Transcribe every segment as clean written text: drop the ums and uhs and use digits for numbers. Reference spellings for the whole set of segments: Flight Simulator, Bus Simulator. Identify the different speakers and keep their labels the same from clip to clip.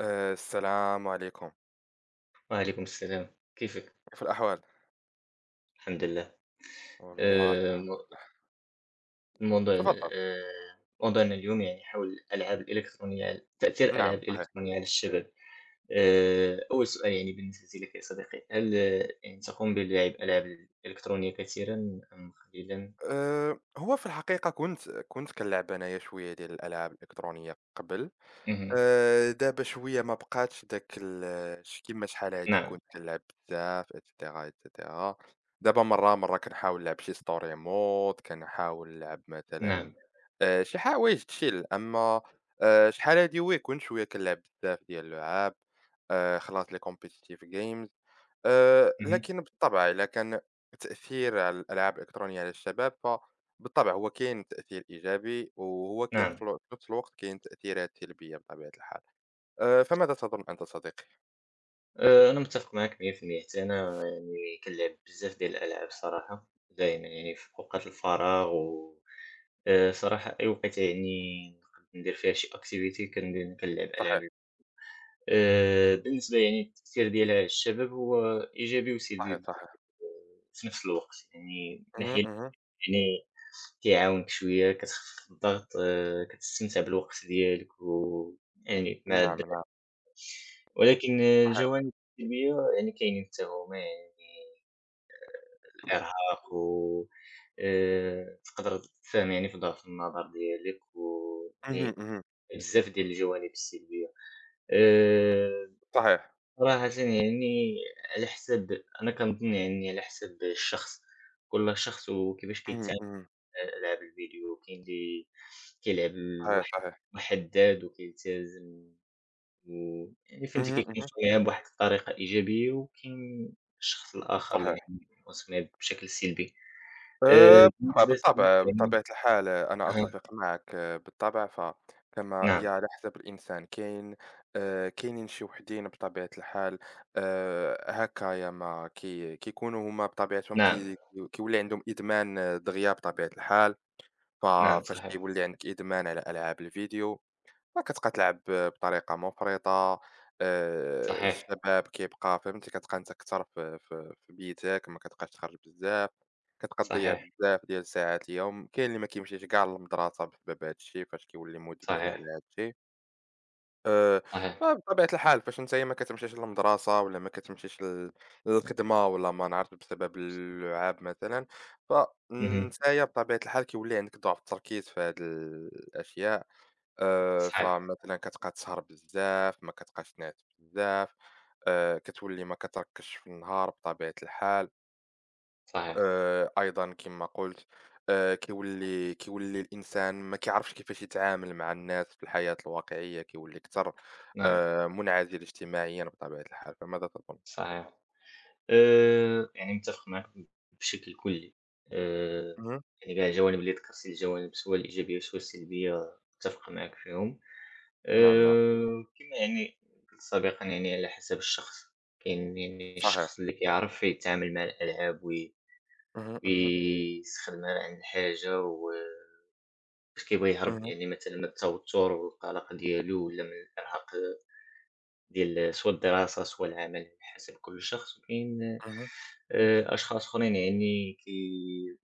Speaker 1: السلام عليكم،
Speaker 2: وعليكم السلام، كيفك؟
Speaker 1: كيف الأحوال؟
Speaker 2: الحمد لله.
Speaker 1: والله الحمد
Speaker 2: م
Speaker 1: لله،
Speaker 2: الموضوع
Speaker 1: تفضّل.
Speaker 2: موضوعنا اليوم يعني حول الألعاب الإلكترونية تأثير
Speaker 1: نعم
Speaker 2: الألعاب
Speaker 1: صحيح.
Speaker 2: الإلكترونية على الشباب. أول سؤال يعني بالنسبة لك يا صديقي، هل يعني تقوم بلعب ألعاب إلكترونية كثيرًا أم قليلًا؟
Speaker 1: هو في الحقيقة كنت كنلعب أنايا شوية ديال الألعاب الإلكترونية قبل.
Speaker 2: اهم.
Speaker 1: دابا شوية ما بقاتش داك ال ش كيما شحال هادي
Speaker 2: نعم،
Speaker 1: كنت كنلعب بزاف etcetera. دابا مرّة كنحاول نلعب شي story mode، كنحاول نلعب مثلًا
Speaker 2: نعم.
Speaker 1: شي حوايج chill، أمّا شحال هادي وي كنت شوية كنلعب بزاف ديال اللعاب، خلاص les competitive games.
Speaker 2: اهم،
Speaker 1: لكن بالطبع إذا كان تأثير على الألعاب الإلكترونية على الشباب، فبالطبع هو كاين تأثير إيجابي، وهو كاين في
Speaker 2: نعم.
Speaker 1: ال في نفس الوقت كاين تأثيرات سلبية بطبيعة الحال. فماذا تظن أنت صديقي؟
Speaker 2: أنا متفق معاك 100% حتى أنا يعني كنلعب بزاف ديال الألعاب الصراحة، دايمًا يعني في أوقات الفراغ و صراحة أي وقيتة يعني نقد ندير فيها شي activity كندير كنلعب
Speaker 1: صحيح،
Speaker 2: ألعاب بالنسبة يعني التأثير ديالها على الشباب هو إيجابي وسلبي
Speaker 1: صحيح،
Speaker 2: ب-
Speaker 1: صحيح.
Speaker 2: في نفس الوقت، يعني من
Speaker 1: اهم،
Speaker 2: ناحية
Speaker 1: اهم.
Speaker 2: يعني كيعاونك شوية كتخفف الضغط كتستمتع بالوقت ديالك و يعني مع الدراري،
Speaker 1: نعم، نعم،
Speaker 2: ولكن
Speaker 1: صحيح.
Speaker 2: الجوانب السلبية يعني كاينين حتى هما يعني الإرهاق و تقدر تساهم يعني في ضعف النظر ديالك و
Speaker 1: اهم،
Speaker 2: يعني
Speaker 1: اهم.
Speaker 2: بزاف ديال الجوانب السلبية. آآ
Speaker 1: صحيح.
Speaker 2: صراحةً يعني على حساب أنا كنظن يعني على حساب الشخص، كل شخص وكيفاش
Speaker 1: اهم،
Speaker 2: كيتعامل
Speaker 1: اهم.
Speaker 2: مع ألعاب الفيديو، كاين اللي كيلعب
Speaker 1: صحيح،
Speaker 2: لواحد
Speaker 1: صحيح.
Speaker 2: محدد وكيلتزم ويعني
Speaker 1: اهم،
Speaker 2: فهمتي
Speaker 1: اهم.
Speaker 2: كيكونسوم ليها بواحد الطريقة إيجابية، وكاين الشخص الآخر اللي
Speaker 1: صحيح.
Speaker 2: يعني كيكونسوم ليها بشكل سلبي. آآ
Speaker 1: بالطبع،
Speaker 2: بالنسبة لي
Speaker 1: بالطبع،
Speaker 2: يعني
Speaker 1: بطبيعة الحال، أنا
Speaker 2: أها،
Speaker 1: أتفق معك، بالطبع، فكما هي
Speaker 2: نعم،
Speaker 1: على حسب الإنسان كاين. كاينين شي وحدين بطبيعة الحال، هكايا ما كيكونوا هُما بطبيعتهم
Speaker 2: نعم،
Speaker 1: كيولي عندهم إدمان دغيا بطبيعة الحال، ف
Speaker 2: نعم
Speaker 1: فاش
Speaker 2: صحيح،
Speaker 1: كيولي عندك إدمان على ألعاب الفيديو فكتبقى تلعب بطريقة مفرطة،
Speaker 2: صحيح،
Speaker 1: الشباب كيبقى فهمتي، كتبقى أنت أكثر في بيتك، ما كتبقاش تخرج بزاف، كتبقى تضيّع
Speaker 2: صحيح،
Speaker 1: بزاف ديال الساعات اليوم، كاين اللي ما كيمشيش كاع للمدرسة بسبب هاد الشي فاش كيولي مدمن على
Speaker 2: صحيح،
Speaker 1: هاد الشي. آآ
Speaker 2: صحيح.
Speaker 1: فبطبيعة الحال فاش نتايا ما كتمشيش للمدرسة ولا ما كتمشيش لل للخدمة ولا ما نعرفتش بسبب اللعاب مثلًا،
Speaker 2: اهم.
Speaker 1: فنتايا بطبيعة الحال كيولي عندك ضعف التركيز في هاد الأشياء.
Speaker 2: صحيح،
Speaker 1: فمثلًا كتبقى تسهر بزاف، ما كتبقاش تنعس بزاف، كتولي ما كتركّزش في النهار بطبيعة الحال.
Speaker 2: صحيح،
Speaker 1: أيضًا كما قُلت، كيولي الإنسان ما كيعرفش كيفاش يتعامل مع الناس في الحياة الواقعية، كيولي أكثر
Speaker 2: نعم،
Speaker 1: منعزل اجتماعيًا بطبيعة الحال، فماذا تظن؟
Speaker 2: صحيح. يعني متّفق معاك بشكل كلّي. آآ
Speaker 1: اهم،
Speaker 2: يعني كاع الجوانب اللي ذكرتي، الجوانب سواء الإيجابية سواء السلبية، متّفق معاك فيهم.
Speaker 1: نعم، نعم،
Speaker 2: كما يعني قُلت سابقًا يعني على حسب الشخص، كاين يعني
Speaker 1: صحيح،
Speaker 2: الشخص اللي كيعرف يتعامل مع الألعاب
Speaker 1: اهم، اهم،
Speaker 2: ويستخدمها عند الحاجة و فاش كيبغي يهرب
Speaker 1: اهم،
Speaker 2: يعني مثلًا من التوتر والقلق ديالو ولا من الإرهاق ديال سوا الدراسة سوا العمل على حسب كل شخص، وكاين
Speaker 1: اهم،
Speaker 2: أشخاص أخرين يعني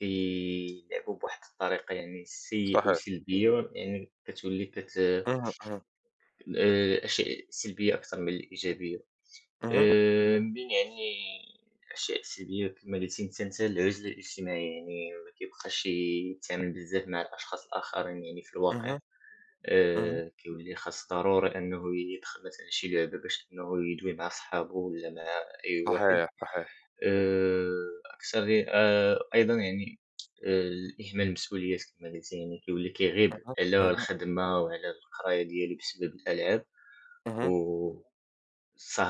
Speaker 2: كيلعبوا بواحد الطريقة يعني سيئة
Speaker 1: صحيح،
Speaker 2: وسلبية، يعني كتولي كت
Speaker 1: اهم، اهم،
Speaker 2: الأشياء السلبية أكثر من الإيجابية،
Speaker 1: اهم،
Speaker 2: من يعني الأشياء السلبية كما قلتِ أنتِ مثلًا العزلة الاجتماعية، يعني ما كيبقاش يتعامل بزاف مع الأشخاص الآخرين يعني في الواقع.
Speaker 1: اهم، اهم،
Speaker 2: كيولي خاص ضروري أنه يدخل مثلًا شي لعبة باش أنه يدوي مع صحابه ولا مع أي واحد،
Speaker 1: صحيح، صحيح،
Speaker 2: آآ، أكثر أيضًا يعني آآ، إهمال المسؤوليات كما قلت يعني كيولي كيغيب
Speaker 1: اهم،
Speaker 2: على
Speaker 1: اهم،
Speaker 2: الخدمة وعلى القراية ديالو بسبب الألعاب،
Speaker 1: اهم،
Speaker 2: والسهر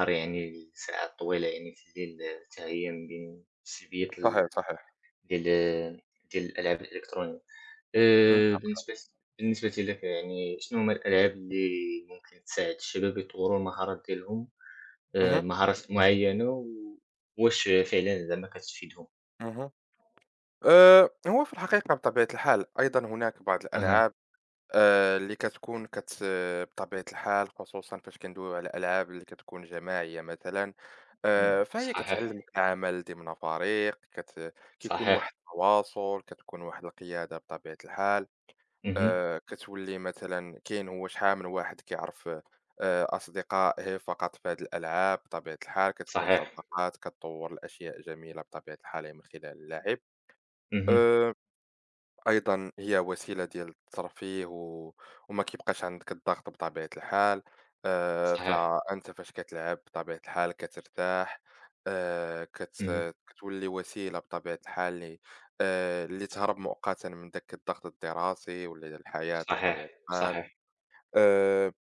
Speaker 2: يعني لساعات طويلة يعني في الليل حتى هي من بين السلبيات
Speaker 1: صحيح،
Speaker 2: ال
Speaker 1: صحيح،
Speaker 2: ديال ديال الألعاب الإلكترونية. آآ
Speaker 1: نعم،
Speaker 2: بالنسبة بالنسبة لك يعني شنو هُم الألعاب اللي ممكن تساعد الشباب يطوّروا المهارات ديالهم
Speaker 1: اهم.
Speaker 2: مهارات معيّنة و واش فعلًا زعما كتفيدهم؟
Speaker 1: اهم. هو في الحقيقة بطبيعة الحال أيضًا هناك بعض
Speaker 2: أها،
Speaker 1: الألعاب، اللي كتكون بطبيعة الحال خصوصًا فاش كندويو على الألعاب اللي كتكون جماعية مثلًا.
Speaker 2: إمم،
Speaker 1: فهي
Speaker 2: صحيح،
Speaker 1: كتعلّمك العمل ضمن فريق، كيكون واحد
Speaker 2: صحيح،
Speaker 1: التواصل، كتكون واحد القيادة بطبيعة الحال.
Speaker 2: اهم،
Speaker 1: كتولي مثلًا، كاين هو شحال من واحد كيعرف أصدقائه فقط في هاد الألعاب بطبيعة الحال، كتكون
Speaker 2: صحيح،
Speaker 1: صداقات، كتطوّر لأشياء جميلة بطبيعة الحال من خلال اللعب.
Speaker 2: اهم،
Speaker 1: آآ أيضًا هي وسيلة ديال الترفيه و وما كيبقاش عندك الضغط بطبيعة الحال.
Speaker 2: صحيح،
Speaker 1: فأنت فاش كتلعب بطبيعة الحال كترتاح، آآ، كت
Speaker 2: اهم،
Speaker 1: كتولي وسيلة بطبيعة الحال لتهرب مؤقتًا من داك الضغط الدراسي ولا ديال الحياة
Speaker 2: صحيح،
Speaker 1: بطبيعة الحال.
Speaker 2: صحيح،
Speaker 1: آآ،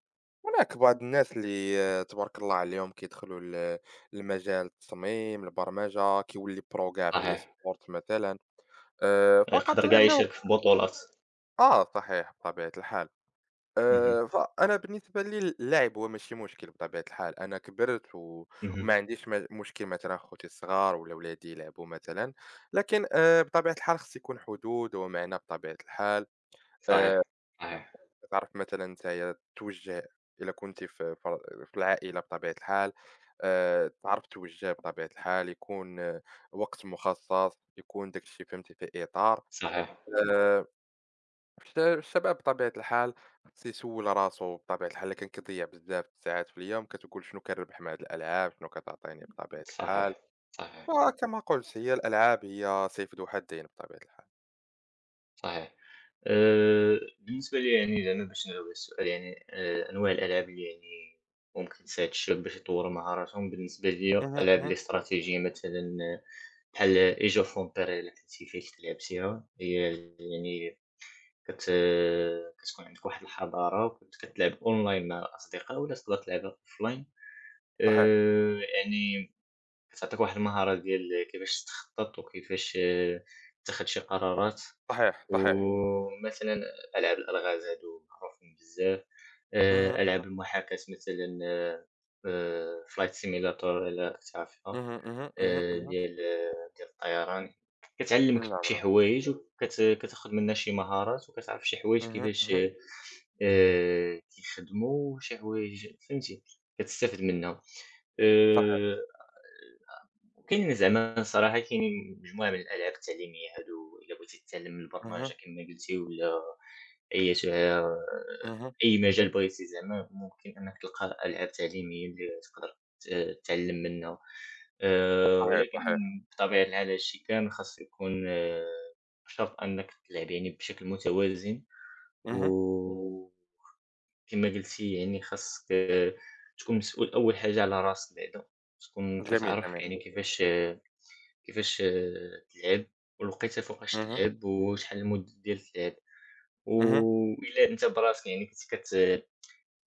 Speaker 1: هناك بعض الناس اللي، تبارك الله عليهم، كيدخلوا لمجال التصميم، البرمجة، كيولي pro كاع في
Speaker 2: صحيح،
Speaker 1: الesport مثلًا، فقط
Speaker 2: يقدر كاع
Speaker 1: لأنه
Speaker 2: يشارك في بطولات،
Speaker 1: آه صحيح بطبيعة الحال.
Speaker 2: اهم،
Speaker 1: فأنا بالنسبة لي اللعب هو ماشي مشكل بطبيعة الحال، أنا كبرت،
Speaker 2: اهم،
Speaker 1: وما عنديش مشكل مثلا خوتي الصغار ولا ولادي يلعبوا مثلا. لكن بطبيعة الحال خص يكون حدود ومعنى بطبيعة الحال. آه،
Speaker 2: صحيح، صحيح،
Speaker 1: تعرف مثلا أنت توجه، إلا كنت في العائلة بطبيعة الحال، تعرف توجه بطبيعة الحال يكون، وقت مخصص يكون داك الشيء فهمتي في إطار،
Speaker 2: صحيح،
Speaker 1: آه، الشباب بطبيعة الحال خص يسول راسو بطبيعة الحال، كان كيضيع بزاف الساعات في اليوم كتقول شنو كنربح مع هاد الألعاب، شنو كتعطيني بطبيعة الحال.
Speaker 2: صحيح، صحيح،
Speaker 1: وكما قلت هي الألعاب هي سيف ذو حدين بطبيعة الحال.
Speaker 2: صحيح. بالنسبة لي يعني زعما باش نجاوب على السؤال يعني أنواع الألعاب اللي يعني ممكن تساعد الشباب باش يطوروا مهاراتهم، بالنسبة ليا
Speaker 1: اها،
Speaker 2: الألعاب
Speaker 1: اها.
Speaker 2: الاستراتيجية مثلًا بحال Age of Empires إلا كنتِ فايت كتلعب فيها، هي يعني كت آه، كتكون عندك واحد الحضارة وكنت كتلعب أونلاين مع الأصدقاء ولا تقدر تلعبها أوفلاين،
Speaker 1: صحيح،
Speaker 2: يعني كتعطيك واحد المهارة ديال كيفاش تخطط وكيفاش تاخد شي قرارات.
Speaker 1: صحيح، صحيح.
Speaker 2: ومثلًا ألعاب الألغاز هادو معروفين بزاف،
Speaker 1: اها،
Speaker 2: ألعاب المحاكاة مثلًا flight simulator إلا راك تعرفها
Speaker 1: اها، اها، اها،
Speaker 2: آآ
Speaker 1: اها.
Speaker 2: ديال ديال الطيران،
Speaker 1: نعم،
Speaker 2: كتعلّمك شي
Speaker 1: نعم.
Speaker 2: حوايج كتاخد منها شي مهارات وكتعرف شي حوايج
Speaker 1: اها،
Speaker 2: كيفاش
Speaker 1: اها.
Speaker 2: كيخدموا وشي حوايج فهمتي كتستافد منها آآ
Speaker 1: صحيح.
Speaker 2: وكاينين زعما صراحة كاينين مجموعة من الألعاب التعليمية هادو إلا بغيتي تتعلم من
Speaker 1: اها،
Speaker 2: البرمجة كيما قلتي ولا أي تع
Speaker 1: اها.
Speaker 2: أي مجال بغيتي زعما ممكن إنك تلقى ألعاب تعليمية اللي تقدر تتعلم منها،
Speaker 1: صحيح،
Speaker 2: ولكن
Speaker 1: صحيح.
Speaker 2: بطبيعة الحال هادشي كامل خاصو يكون بشرط أنك تلعب يعني بشكل متوازن.
Speaker 1: اها.
Speaker 2: وكما قلتي يعني خاصك تكون مسؤول أول حاجة على راسك بعدا، تكون
Speaker 1: جميل،
Speaker 2: كتعرف
Speaker 1: جميل.
Speaker 2: يعني كيفاش تلعب، والوقيتة فوقاش
Speaker 1: اها،
Speaker 2: تلعب، وشحال المدة ديال اللعب،
Speaker 1: اها.
Speaker 2: وإلا أنت براسك يعني كنت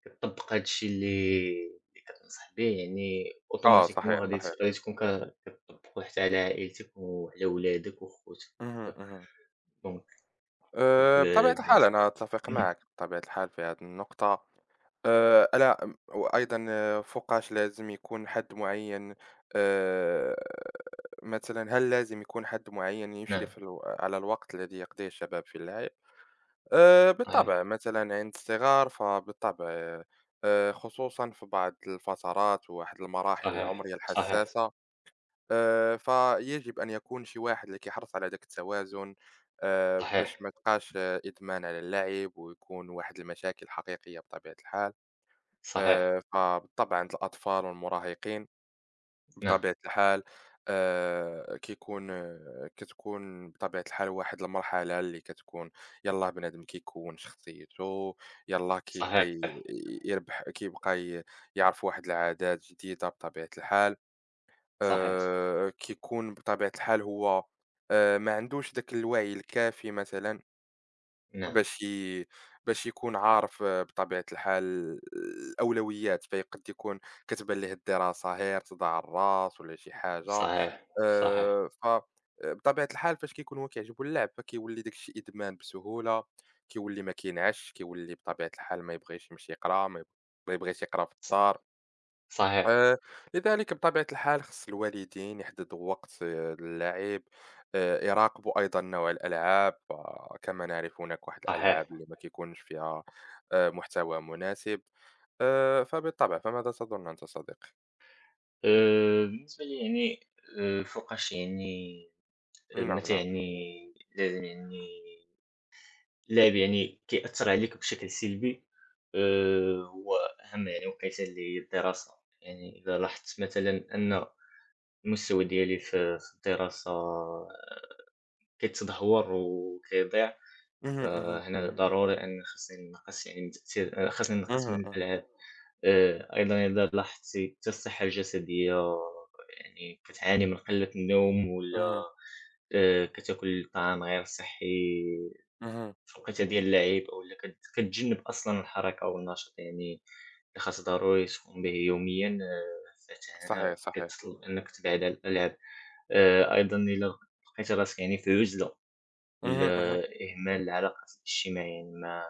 Speaker 2: كتطبّق هاد الشي اللي كتنصح بيه يعني
Speaker 1: اه، صحيح،
Speaker 2: أوتوماتيكمون غادي ت
Speaker 1: صحيح.
Speaker 2: غادي تكون كتطبّقو حتى على عائلتك وعلى ولادك وخوتك
Speaker 1: اها،
Speaker 2: وكذا،
Speaker 1: اها.
Speaker 2: دونك دونك
Speaker 1: بطبيعة الحال
Speaker 2: بالنسبة
Speaker 1: أنا
Speaker 2: لي
Speaker 1: أتفق معك بطبيعة الحال في هذه النقطة. لا، وأيضًا، فوقاش لازم يكون حد معيّن، آآ مثلًا هل لازم يكون حد
Speaker 2: اهم،
Speaker 1: معيّن
Speaker 2: نعم.
Speaker 1: يشرف الو على الوقت الذي يقضيه الشباب في اللعب؟ بالطبع، مثلًا عند الصغار فبالطبع خصوصًا في بعض الفترات وواحد المراحل
Speaker 2: صحيح،
Speaker 1: العمرية
Speaker 2: صحيح،
Speaker 1: الحساسة. فيجب أن يكون شي واحد اللي كيحرص على داك التوازن، باش ما
Speaker 2: صحيح،
Speaker 1: تبقاش إدمان على اللعب ويكون واحد المشاكل حقيقية بطبيعة الحال.
Speaker 2: صحيح،
Speaker 1: فبالطبع عند الأطفال والمراهقين
Speaker 2: نعم،
Speaker 1: بطبيعة الحال، كيكون آه، كتكون بطبيعة الحال واحد المرحلة اللي كتكون، يلاه بنادم كيكوّن شخصيته، يلاه كيبقى
Speaker 2: صحيح،
Speaker 1: يربح، كيبقى يعرف واحد العادات جديدة بطبيعة الحال.
Speaker 2: صحيح،
Speaker 1: كيكون بطبيعة الحال هو ما عندوش داك الوعي الكافي مثلًا،
Speaker 2: نعم،
Speaker 1: باش ي باش يكون عارف بطبيعة الحال الأولويات، فيقد يكون كتبان ليه الدراسة غير تضاع الراس ولا شي حاجة.
Speaker 2: صحيح، صحيح،
Speaker 1: ف آه، بطبيعة الحال فاش كيكون هو كيعجبو اللعب فكيولي داك الشيء إدمان بسهولة، كيولي ما كينعش، كيولي بطبيعة الحال ما يبغيش يمشي يقرا، ما يبغيش يقرا في الدار.
Speaker 2: صحيح،
Speaker 1: آآ، لذلك بطبيعة الحال خص الوالدين يحددوا وقت للعِب، يراقبوا أيضًا نوع الألعاب، فكما نعرف هناك واحد
Speaker 2: صحيح،
Speaker 1: الألعاب اللي ما كيكونش فيها محتوى مناسب. فبالطبع، فماذا تظن أنت صديقي؟
Speaker 2: بالنسبة لي يعني الفوقاش يعني
Speaker 1: نعم،
Speaker 2: متى
Speaker 1: نعم.
Speaker 2: يعني لازم يعني اللاعب يعني كيأثّر عليك بشكل سلبي هو أهم يعني وقيتة اللي هي الدراسة، يعني إذا لاحظت مثلًا أن المستوى ديالي في الدراسة كيتدهور وكيضيع
Speaker 1: اهم، اهم،
Speaker 2: فهنا ضروري أن خاصني نقص يعني من تأثير خاصني نقص
Speaker 1: اهم،
Speaker 2: من
Speaker 1: اهم،
Speaker 2: الألعاب. أيضًا إذا لاحظتِ حتى الصحة الجسدية يعني كتعاني من قلة النوم والّا
Speaker 1: اهم،
Speaker 2: كتاكل طعام غير صحّي
Speaker 1: اهم،
Speaker 2: في الوقيتة ديال اللعب أولّا كتجنب أصلًا الحركة والنشاط يعني اللي خاص ضروري تقوم به يوميًا فهنا
Speaker 1: صحيح، صحيح.
Speaker 2: كتطلب أنك تبعد عن الألعاب. أيضًا إلا لقيتِ راسِك يعني في عُزلة
Speaker 1: اهم، اهم،
Speaker 2: والّا إهمال العلاقات الاجتماعية يعني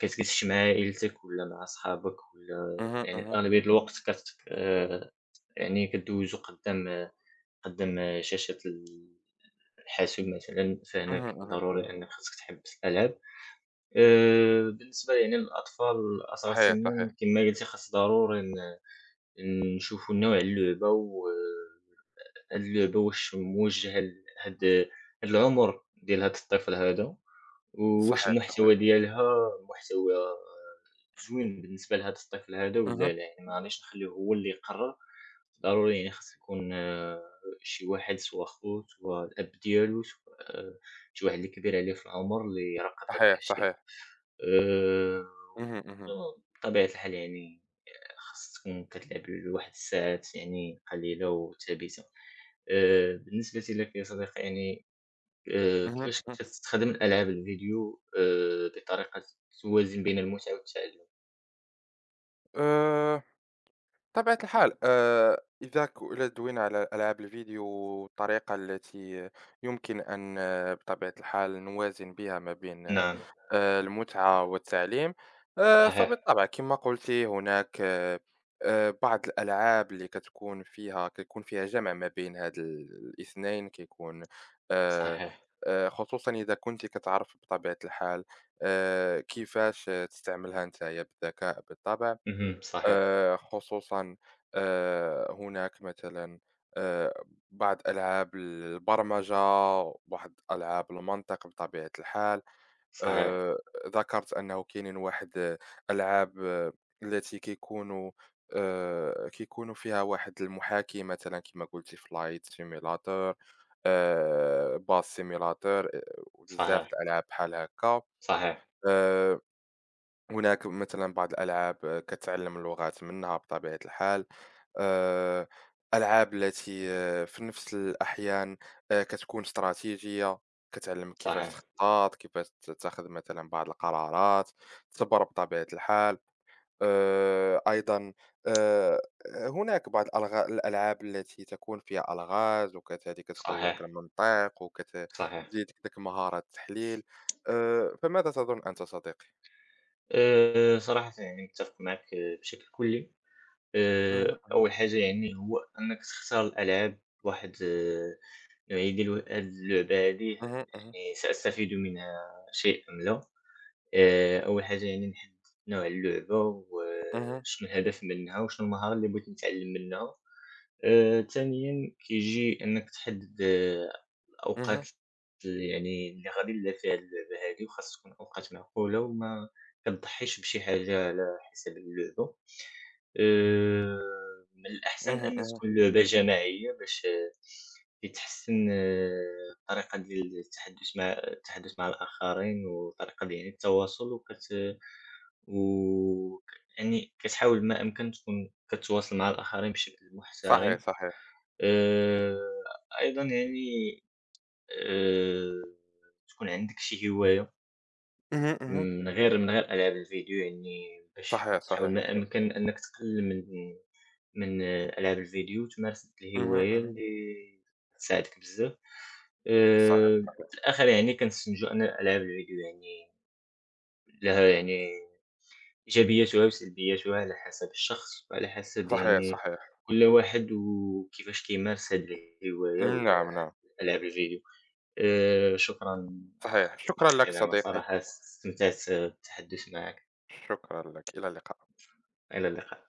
Speaker 2: كتجلس مع عائلتك ولا مع صحابك ولا
Speaker 1: اهم،
Speaker 2: يعني
Speaker 1: اهم،
Speaker 2: أغلبية الوقت كتك يعني كدوزو قدّام شاشة الحاسوب مثلًا، فهناك
Speaker 1: اهم، اهم،
Speaker 2: ضروري أنك خاصك تحبس الألعاب. بالنسبة يعني للأطفال الأصغر
Speaker 1: صحيح،
Speaker 2: سنًا
Speaker 1: صحيح،
Speaker 2: كما قلتِ خاص ضروري نشوفوا نوع اللعبة و هاد اللعبة واش موجهة لهاد العمر ديال هاد الطفل هذا. وواش
Speaker 1: صحيح، صحيح،
Speaker 2: المحتوى ديالها محتوى زوين بالنسبة لهاد الطفل هادا
Speaker 1: اهم،
Speaker 2: ولا لا، يعني ما غاديش نخلّيه هو اللي يقرّر، ضروري يعني خاص يكون شي واحد سوا خوت سوا الأب ديالو سوا آه، شي واحد اللي كبير عليه في العمر اللي يراقب هاد
Speaker 1: صحيح،
Speaker 2: الأشياء،
Speaker 1: صحيح،
Speaker 2: آآ
Speaker 1: اهم، اهم،
Speaker 2: بطبيعة الحال يعني خاص تكون كتلعب لواحد الساعات يعني قليلة وثابتة، بالنسبة لك يا صديقي يعني
Speaker 1: اهم،
Speaker 2: كيفاش
Speaker 1: اهم.
Speaker 2: كتستخدم ألعاب الفيديو بطريقة توازن بين المتعة والتعلم؟
Speaker 1: آآ بطبيعة الحال، إذا إذا دوينا على ألعاب الفيديو والطريقة التي يمكن أن بطبيعة الحال نوازن بها ما بين
Speaker 2: نعم،
Speaker 1: المتعة والتعليم،
Speaker 2: صحيح،
Speaker 1: فبالطبع كما قلت هناك، بعض الألعاب اللي كتكون فيها كيكون فيها جمع ما بين هاد الاثنين كيكون، آه،
Speaker 2: صحيح،
Speaker 1: خصوصا إذا كنت كتعرف بطبيعة الحال كيفاش تستعملها نتايا بالذكاء بالطبع.
Speaker 2: اهم، صحيح،
Speaker 1: خصوصًا، هناك مثلًا، آآ بعض ألعاب البرمجة، وبعض ألعاب المنطق بطبيعة الحال.
Speaker 2: صحيح،
Speaker 1: آآ ذكرت أنه كاينين واحد ألعاب التي كيكونوا فيها واحد المحاكي مثلًا كما قُلتِ Flight Simulator، Bus Simulator، آآ وبزاف د
Speaker 2: صحيح،
Speaker 1: الألعاب بحال هاكا.
Speaker 2: صحيح،
Speaker 1: آآ هناك مثلًا بعض الألعاب كتعلّم اللغات منها بطبيعة الحال. آآ، ألعاب التي في نفس الأحيان كتكون استراتيجية، كتعلّمك كيفاش
Speaker 2: صحيح،
Speaker 1: تخطّط، كيفاش تاخذ مثلًا بعض القرارات، الصبر بطبيعة الحال. أيضًا، آآ، هناك بعض الألعاب التي تكون فيها ألغاز وكذلك تقوي لك
Speaker 2: صحيح،
Speaker 1: المنطق،
Speaker 2: صحيح.
Speaker 1: تزيدك ديك مهارة التحليل. فماذا تظن أنت صديقي؟
Speaker 2: صراحةً يعني متّفق معاك بشكل كلّي.
Speaker 1: اهم.
Speaker 2: أول حاجة يعني هو أنك تختار الألعاب بواحد النوعية ديال هاد اللعبة هادي
Speaker 1: اهم، اهم،
Speaker 2: يعني سأستفيد منها شيئًا ما. أول حاجة يعني نحدد نوع اللعبة
Speaker 1: اهم،
Speaker 2: وشنو الهدف منها وشنو المهارة اللي بغيت نتعلم منها، ثانيًا كيجي إنك تحدد
Speaker 1: اهم،
Speaker 2: الأوقات اللي غادي نلعب فيها اللعبة هذه، وخاص تكون أوقات معقولة وما كتضحيش بشي حاجة على حساب اللعبة. آآ من الأحسن
Speaker 1: اهم،
Speaker 2: أن
Speaker 1: اهم.
Speaker 2: تكون اللعبة جماعية باش يتحسّن الطريقة ديال التحدّث مع الآخرين وطريقة ديال يعني التواصل وكت و ك يعني كتحاول ما أمكن تكون كتواصل مع الآخرين بشكل
Speaker 1: صحيح،
Speaker 2: محترم.
Speaker 1: صحيح.
Speaker 2: آآ أيضًا يعني آآ تكون عندك شي هواية
Speaker 1: اهم، اهم.
Speaker 2: من غير ألعاب الفيديو يعني باش
Speaker 1: صحيح،
Speaker 2: تحاول
Speaker 1: صحيح.
Speaker 2: ما أمكن أنك تقلل من ألعاب الفيديو وتمارس هاد
Speaker 1: اهم،
Speaker 2: الهواية
Speaker 1: اهم.
Speaker 2: اللي تساعدك بزاف،
Speaker 1: صحيح، صحيح.
Speaker 2: في الآخر يعني كنستنتجو أن ألعاب الفيديو يعني لها يعني إيجابياتها وسلبياتها على حسب الشخص وعلى حسب
Speaker 1: صحيح،
Speaker 2: يعني
Speaker 1: صحيح.
Speaker 2: كل واحد وكيفاش كيمارس هاد الهواية
Speaker 1: نعم،
Speaker 2: ولا
Speaker 1: نعم.
Speaker 2: ألعاب الفيديو، شكرًا آه،
Speaker 1: صحيح. شكرًا لك
Speaker 2: صديقي أنا
Speaker 1: صديقي،
Speaker 2: صراحة استمتعت بالتحدث معك.
Speaker 1: شكرًا لك. إلى اللقاء.
Speaker 2: إلى اللقاء.